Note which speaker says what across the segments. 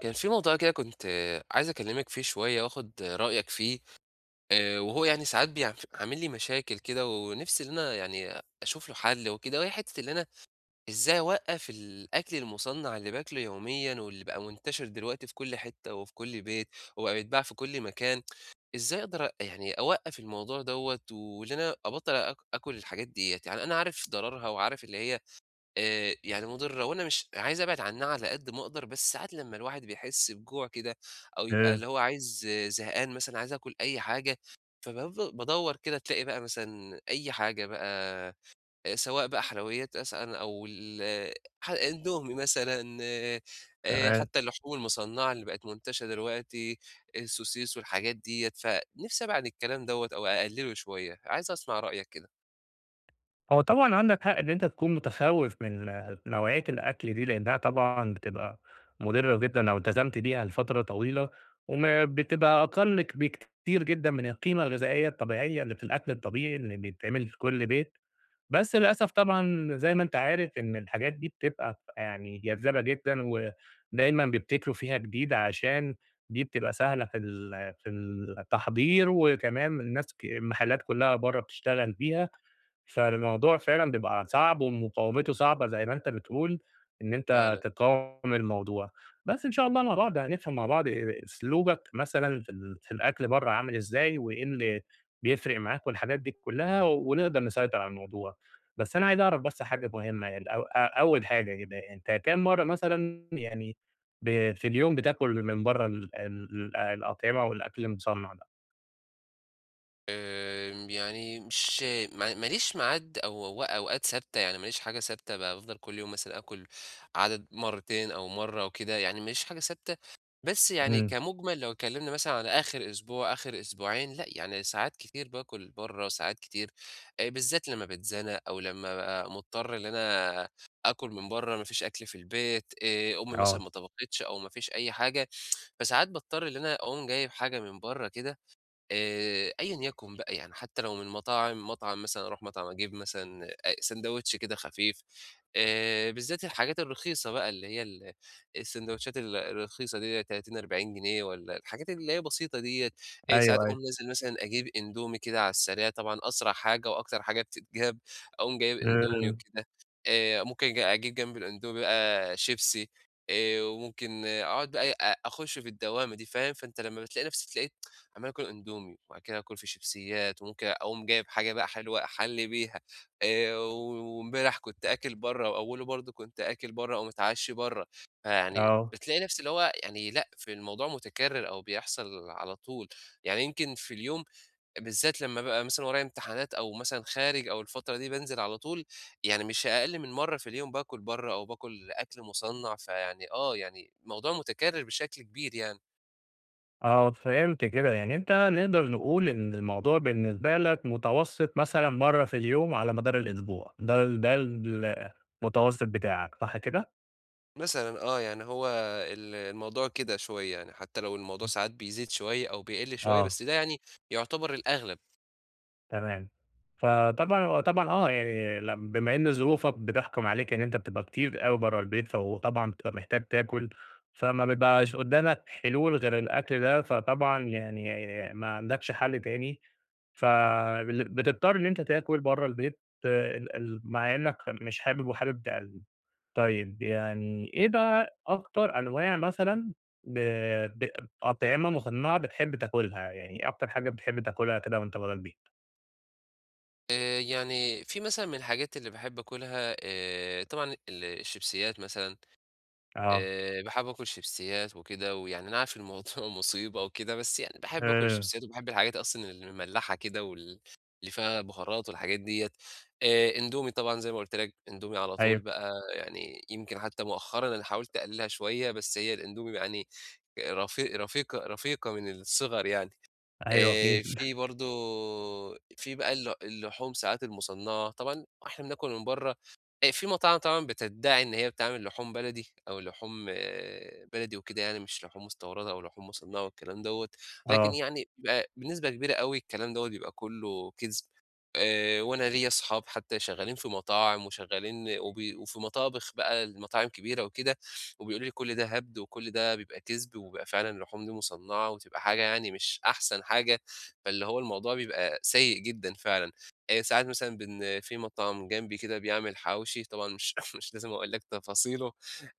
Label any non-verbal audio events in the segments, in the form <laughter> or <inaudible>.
Speaker 1: كان في موضوع كده كنت عايز أكلمِك فيه شوية وآخد رأيك فيه. وهو يعني ساعات بيع عامل لي مشاكل كده ونِفسي إن أنا يعني أشوف له حل وكده، وهي حتّة إن أنا إزاي أوقّف الأكل المُصنّع اللي باكله يوميًا واللي بقى منتشر دلوقتي في كل حتّة وفي كل بيت وبقى بيتباع في كل مكان. إزاي أقدر يعني أوقّف الموضوع دوّة وإن أنا أبطّل آكل الحاجات ديّة؟ يعني أنا عارف ضررها وعارف اللي هي يعني مُضرة وأنا مش عايز أبعد عنها على قد ما أقدر، بس ساعات لمّا الواحد بيحس بجوع كده، أو يبقى
Speaker 2: إمم،
Speaker 1: اللي هو عايز زهقان مثلًا عايز آكل أي حاجة، فبافض بادوّر كده تلاقي بقى مثلًا أي حاجة بقى. سواء بقى حلويات مثلًا أو ال آه، ح إندومي مثلًا.
Speaker 2: تمام.
Speaker 1: حتى اللحوم المصنّعة اللي بقت منتشرة دلوقتي، السوسيس والحاجات ديّة، فنِفْسي أبعد عن الكلام دوّة أو أقلّله شوية، عايز أسمع رأيك كده.
Speaker 2: هو طبعًا عندك حق إن أنت تكون متخوّف من نوعية الأكل دي، لإنها طبعًا بتبقى مُضرّة جدًا لو التزمت بيها لفترة طويلة، وما بتبقى أقل بكتير جدًا من القيمة الغذائية الطبيعية اللي في الأكل الطبيعي اللي بيتعمل في كل بيت، بس للأسف طبعًا زي ما أنت عارف إن الحاجات دي بتبقى يعني جذابة جدًا، ودايمًا بيبتكروا فيها جديد عشان دي بتبقى سهلة في التحضير، وكمان الناس ك المحلات كلّها برّه بتشتغل بيها. فالموضوع فعلًا بيبقى صعب ومقاومته صعبة زي ما أنت بتقول، إن أنت
Speaker 1: فعلًا.
Speaker 2: تقاوم الموضوع، بس إن شاء الله مع بعض هنفهم مع بعض أسلوبك مثلًا في الأكل برّه عامل إزاي، وإيه اللي بيفرق معاك والحاجات دي كلّها، ونقدر نسيطر على الموضوع. بس أنا عايز أعرف بس حاجة مهمة يعني الأو أ أول حاجة كده، أنت كام مرّة مثلًا يعني في اليوم بتاكل من برّه ال الأطعمة والأكل المصنّع ده؟
Speaker 1: يعني مش ما ماليش ميعاد أو و أوقات ثابتة، يعني ماليش حاجة ثابتة بافضل كل يوم مثلًا آكل عدد مرتين أو مرة أو كده، يعني ماليش حاجة ثابتة. بس يعني
Speaker 2: إمم،
Speaker 1: كمُجمل لو اتكلمنا مثلًا على آخر أسبوع، آخر أسبوعين، لأ يعني ساعات كتير باكل برّه، ساعات كتير. بالذات لمّا باتزنق أو لمّا بابقى مضطر إن أنا آكل من برّه، ما فيش أكل في البيت. أمي مثلًا
Speaker 2: آه،
Speaker 1: ما طبختش أو ما فيش أي حاجة، فساعات باضطر إن أنا أقوم جايب حاجة من برّه كده، أيًا يكن بقى، يعني حتى لو من مطاعم، مطعم مثلًا أروح مطعم أجيب مثلًا ساندوتش كده خفيف. بالذات الحاجات الرخيصة بقى اللي هي الساندوتشات الرخيصة ديّة 30، 40 جنيه والّا الحاجات اللي هي بسيطة ديّة. ساعات
Speaker 2: أيوه، أيوه،
Speaker 1: أقوم نازل مثلًا أجيب إندومي كده على السريع، طبعًا أسرع حاجة وأكتر حاجة بتتجاب، أقوم جايب إندومي
Speaker 2: إمم،
Speaker 1: وكده. ممكن أجيب جنب الإندومي بقى شيبسي. وممكن أقعد بقى أخش في الدوامة دي فاهم، فأنت لمّا بتلاقي نفسك تلاقيك عمّال آكل أندومي، وبعد كده آكل في شيبسيّات، وممكن أقوم جايب حاجة بقى حلوة أحلّي بيها. وامبارح كنت آكل برّه، وأوّله برضه كنت آكل برّه أو متعشّي برّه، فيعني
Speaker 2: آه.
Speaker 1: بتلاقي نفسي اللي هو يعني لأ، في الموضوع متكرر أو بيحصل على طول. يعني يمكن في اليوم، بالذات لمّا بابقى مثلًا ورايا امتحانات أو مثلًا خارج أو الفترة دي بانزل على طول، يعني مش أقل من مرّة في اليوم باكل برّه أو باكل أكل مُصنّع، فيعني يعني الموضوع متكرر بشكل كبير يعني.
Speaker 2: آه، فهمت كده، يعني أنت نقدر نقول إن الموضوع بالنسبة لك متوسط مثلًا مرّة في اليوم على مدار الأسبوع، ده المتوسط بتاعك، صح كده؟
Speaker 1: مثلًا يعني هو الموضوع كده شوية يعني، حتى لو الموضوع ساعات بيزيد شوية أو بيقل شوية،
Speaker 2: آه.
Speaker 1: بس ده يعني يعتبر الأغلب.
Speaker 2: تمام. فطبعًا طبعًا يعني لم بما إن ظروفك بتحكم عليك إن أنت بتبقى كتير أوي برّه البيت، فطبعًا بتبقى محتاج تاكل، فما بيبقاش قدامك حلول غير الأكل ده، فطبعًا يعني ما عندكش حل تاني، بتضطر إن أنت تاكل برّه البيت ال مع إنك مش حابب وحابب تقلِّل. طيب يعني إيه بقى أكتر أنواع مثلًا ب ب أطعمة مُصنّعة بتحب تاكلها، يعني إيه أكتر حاجة بتحب تاكلها كده وأنت برّه البيت؟
Speaker 1: يعني في مثلًا من الحاجات اللي باحب آكلها، طبعًا الشيبسيات مثلًا.
Speaker 2: آه.
Speaker 1: باحب آكل شيبسيات وكده، ويعني أنا عارف الموضوع <laughs> مصيبة وكده، بس يعني باحب آكل
Speaker 2: إمم،
Speaker 1: الشيبسيات وباحب الحاجات أصلًا المملحة كده وال اللي فيها بهارات والحاجات ديّة. إندومي طبعًا زي ما قُلت لك، إندومي على طول
Speaker 2: أيوه،
Speaker 1: بقى، يعني يمكن حتى مؤخرًا أنا حاولت أقللها شوية، بس هي الإندومي يعني رفيقة من الصغر يعني.
Speaker 2: أيوه أكيد،
Speaker 1: في برضه في بقى اللحوم ساعات المُصنّعة، طبعًا إحنا بناكل من برّه. في مطاعم طبعًا بتدّعي إن هي بتعمل لحوم بلدي أو لحوم بلدي وكده، يعني مش لحوم مستوردة أو لحوم مُصنّعة والكلام دوّة، لكن
Speaker 2: آه،
Speaker 1: يعني بيبقى بنسبة كبيرة أوي الكلام دوّة بيبقى كُلّه كِذب. وأنا ليّا أصحاب حتى شغّالين في مطاعم وشغّالين وبي وفي مطابخ بقى المطاعم كبيرة وكده، وبيقولوا لي كل ده هبد وكل ده بيبقى كذب وبيبقى فعلًا اللحوم دي مصنعة وتبقى حاجة يعني مش أحسن حاجة، فاللي هو الموضوع بيبقى سيء جدًا فعلًا. ساعات مثلًا في مطعم جنبي كده بيعمل حواوشي، طبعًا مش <laughs> مش لازم أقول لك تفاصيله.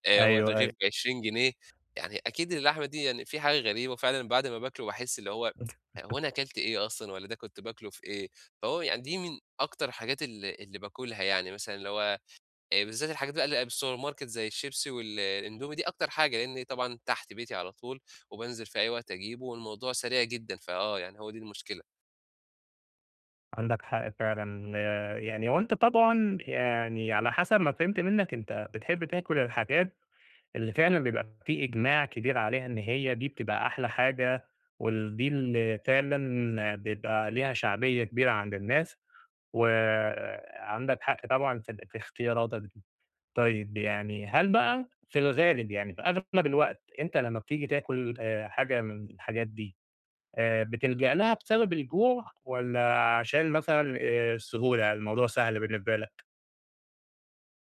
Speaker 1: هو
Speaker 2: أيوه، أيوه،
Speaker 1: الرغيف ب20 جنيه، يعني أكيد اللحمة دي يعني في حاجة غريبة، وفعلًا بعد ما باكله باحس اللي هو هو أنا أكلت إيه أصلًا والّا ده كنت باكله في إيه؟ فهو يعني دي من أكتر الحاجات اللي باكلها، يعني مثلًا اللي هو بالذات الحاجات بقى اللي بقى بالسوبر ماركت زي الشيبسي والإندومي دي أكتر حاجة، لإن طبعًا تحت بيتي على طول، وبانزل في أي وقت أجيبه والموضوع سريع جدًا، فآه يعني هو دي المشكلة.
Speaker 2: عندك حق فعلًا يعني وأنت طبعًا يعني على حسب ما فهمت منّك أنت بتحب تاكل الحاجات اللي فعلًا بيبقى في إجماع كبير عليها إن هي دي بتبقى أحلى حاجة، ودي اللي فعلًا بيبقى ليها شعبية كبيرة عند الناس، وعندك حق طبعًا في اختياراتك دي. طيب يعني هل بقى في الغالب يعني في أغلب الوقت أنت لمّا بتيجي تاكل حاجة من الحاجات دي بتلجأ لها بسبب الجوع والّا عشان مثلًا السهولة، الموضوع سهل بالنسبة لك؟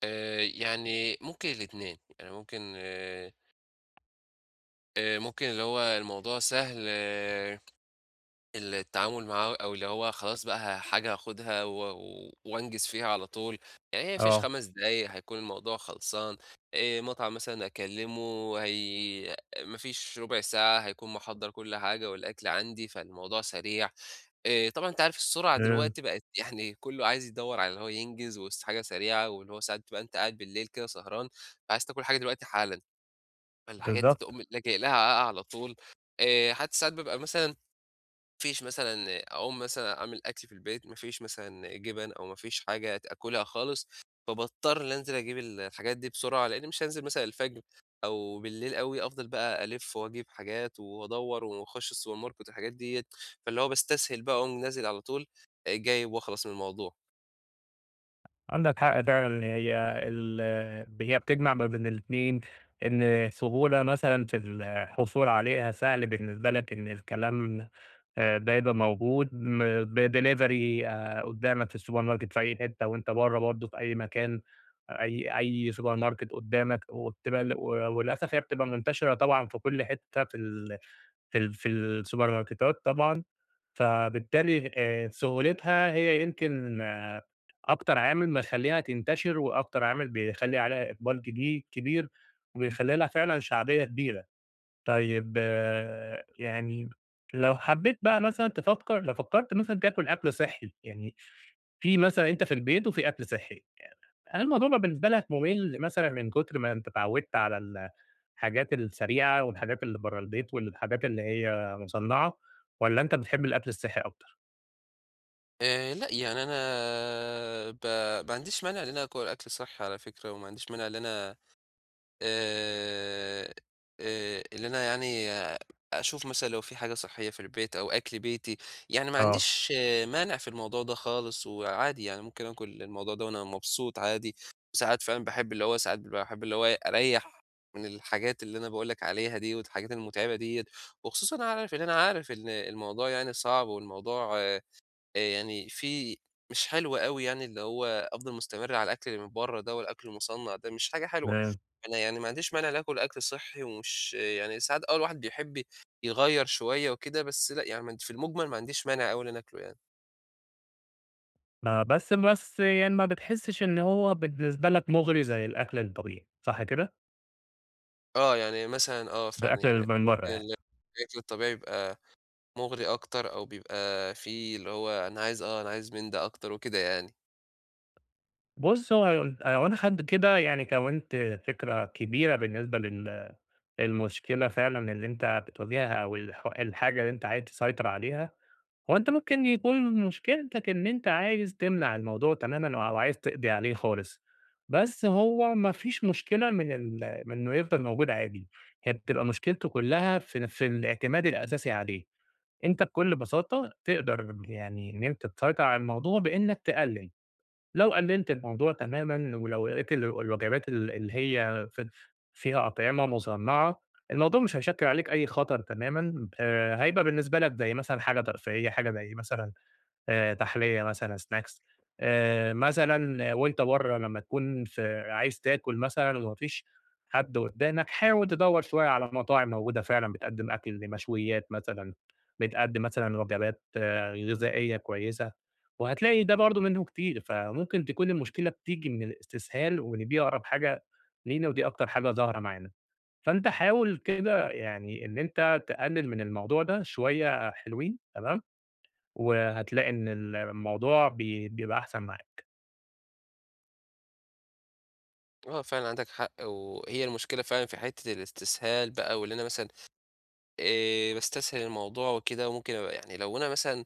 Speaker 1: يعني ممكن الاتنين، ممكن اللي هو الموضوع سهل التعامل معاه، أو اللي هو خلاص بقى حاجة هاخدها و وأنجز فيها على طول، يعني هي ما فيش
Speaker 2: آه،
Speaker 1: 5 دقايق هيكون الموضوع خلصان. مطعم مثلًا أكلمه، هي ما فيش ربع ساعة هيكون محضّر كل حاجة والأكل عندي، فالموضوع سريع. طبعًا أنت عارف السرعة
Speaker 2: إمم،
Speaker 1: دلوقتي بقت <laughs> يعني كُلّه عايز يدوّر على اللي هو ينجز وس حاجة سريعة، واللي هو ساعات بتبقى أنت قاعد بالليل كده سهران، فعايز تاكل حاجة دلوقتي حالًا، فالحاجات دي
Speaker 2: بالضبط.
Speaker 1: تقوم لاجئ لها على طول. حتى ساعات بابقى مثلًا ما فيش مثلًا أقوم مثلًا أعمل أكل في البيت، ما فيش مثلًا جبن أو ما فيش حاجة آكلها خالص، فباضطر إن أنزل أجيب الحاجات دي بسرعة، لإني مش هانزل مثلًا الفجر أو بالليل أوي أفضل بقى ألِف وأجيب حاجات وأدوّر وأخش السوبر ماركت والحاجات ديّة، فاللي هو باستسهل بقى أقوم نازل على طول، جايب وأخلص من الموضوع.
Speaker 2: عندك حق فعلًا، ال هي بتجمع ما بين الاتنين، إن سهولة مثلًا في الحصول عليها، سهل بالنسبة لك إن الكلام ده يبقى موجود بدليفري قدامك في السوبر ماركت في أي حتة وأنت برّه برضه في أي مكان، أي سوبر ماركت قدامك وبتبقى وللأسف هي بتبقى منتشرة طبعًا في كل حتة في السوبر ماركتات طبعًا، فبالتالي سهولتها هي يمكن أكتر عامل مخلّيها تنتشر، وأكتر عامل بيخلّي عليها إقبال كبير، وبيخلّي لها فعلًا شعبية كبيرة. طيب يعني لو حبيت بقى مثلًا تفكّر لو فكّرت مثلًا تاكل أكل صحّي، يعني في مثلًا أنت في البيت وفي أكل صحّي. هل الموضوع بقى بالنسبة لك ممل مثلًا من كتر ما أنت اتعودت على الحاجات السريعة والحاجات اللي برّه البيت والحاجات اللي هي مصنّعة، والّا أنت بتحب الأكل الصحّي أكتر؟
Speaker 1: لأ، يعني أنا ب ما عنديش مانع إن أنا آكل أكل صحّي على فكرة، وما عنديش مانع إن أنا آآ اللي أنا يعني أشوف مثلًا لو في حاجة صحّية في البيت أو أكل بيتي، يعني ما
Speaker 2: آه،
Speaker 1: عنديش مانع في الموضوع ده خالص، وعادي يعني ممكن آكل الموضوع ده وأنا مبسوط عادي، وساعات فعلًا باحب اللي هو ساعات باحب اللي هو أريّح من الحاجات اللي أنا باقول لك عليها دي والحاجات المُتعبة ديّة، وخصوصًا انا عارف إن أنا عارف إن الموضوع يعني صعب والموضوع يعني في مش حلو أوي يعني اللي هو أفضل مستمر على الأكل اللي من برّه ده والأكل المُصنّع ده، مش حاجة حلوة.
Speaker 2: تمام.
Speaker 1: أنا يعني ما عنديش مانع إني آكل أكل صحّي، ومش يعني ساعات الواحد بيحب يغيّر شوية وكده، بس لأ يعني في المُجمل ما عنديش مانع أوي إن أنا آكله يعني.
Speaker 2: ما بس يعني ما بتحسّش إن هو بالنسبة لك مُغري زي الأكل الطبيعي، صح كده؟
Speaker 1: آه، يعني مثلًا آه
Speaker 2: ده
Speaker 1: فعلًا
Speaker 2: أكل اللي
Speaker 1: يعني
Speaker 2: من برّه
Speaker 1: ممكن
Speaker 2: يعني.
Speaker 1: الأكل الطبيعي بيبقى مُغري أكتر، أو بيبقى فيه اللي هو أنا عايز أنا عايز من ده أكتر وكده يعني.
Speaker 2: بُص، هو أنا وأنا حد كده يعني كوّنت فكرة كبيرة بالنسبة للمشكلة فعلًا اللي أنت بتواجهها أو الحاجة اللي أنت عايز تسيطر عليها. هو أنت ممكن يكون مشكلتك إن أنت عايز تمنع الموضوع تمامًا أو عايز تقضي عليه خالص، بس هو ما فيش مشكلة من إنه يفضل موجود عادي، هي بتبقى مشكلته كلها في الاعتماد الأساسي عليه، أنت بكل بساطة تقدر يعني إن أنت تسيطر على الموضوع بإنك تقلل. لو قللت الموضوع تمامًا، ولو لقيت الوجبات اللي هي فيها أطعمة مُصنّعة، الموضوع مش هيشكّل عليك أي خطر تمامًا، هيبقى بالنسبة لك زي مثلًا حاجة ترفيهية، حاجة زي مثلًا تحلية مثلًا snacks مثلًا وأنت برّه لمّا تكون عايز تاكل مثلًا وما فيش حد قدّامك، حاول تدوّر شوية على مطاعم موجودة فعلًا بتقدّم أكل مشويات مثلًا، بتقدّم مثلًا وجبات غذائية كويسة، وهتلاقي ده برضه منه كتير، فممكن تكون المشكلة بتيجي من الاستسهال وإن دي أقرب حاجة لينا ودي أكتر حاجة ظاهرة معانا، فأنت حاول كده يعني إن أنت تقلل من الموضوع ده شوية حلوين تمام؟ وهتلاقي إن الموضوع بيبقى أحسن معاك.
Speaker 1: آه فعلًا عندك حق، وهي المشكلة فعلًا في حتّة الاستسهال بقى، وإن أنا مثلًا باستسهل الموضوع وكده، وممكن أبقى يعني لو أنا مثلًا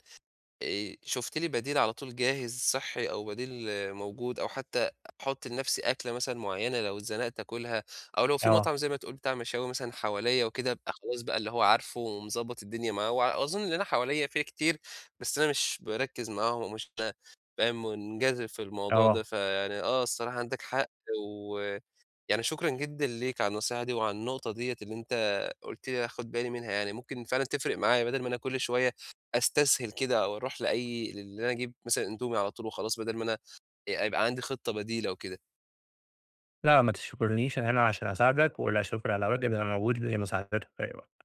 Speaker 1: شُفت لي بديل على طول جاهز صحّي أو بديل موجود، أو حتى أحُط لنفسي أكلة مثلًا معيّنة لو اتزنقت آكلها، أو لو في
Speaker 2: آه،
Speaker 1: مطعم زي ما تقول بتاع مشاوي مثلًا حواليّا وكده، أبقى خلاص بقى اللي هو عارفه ومضبّط الدنيا معاه، وأظن إن أنا حواليّا في كتير، بس أنا مش باركّز معاهم ومش أنا فاهم منجذب في الموضوع ده،
Speaker 2: آه.
Speaker 1: فيعني آه الصراحة عندك حق. و يعني شكرًا جدًا ليك على النصيحة دي وعلى النقطة ديّة اللي أنت قُلت لي آخُد بالي منها يعني، ممكن فعلًا تفرق معايا بدل ما أنا كل شوية أستسهل كده أو أروح لأي لإن أنا أجيب مثلًا أندومي على طول وخلاص، بدل ما أنا يبقى عندي خطة بديلة وكده.
Speaker 2: لأ ما تشكرنيش أنا هنا عشان أساعدك، ولا شكر على واجب، أنا موجود لمساعدتك في أي وقت.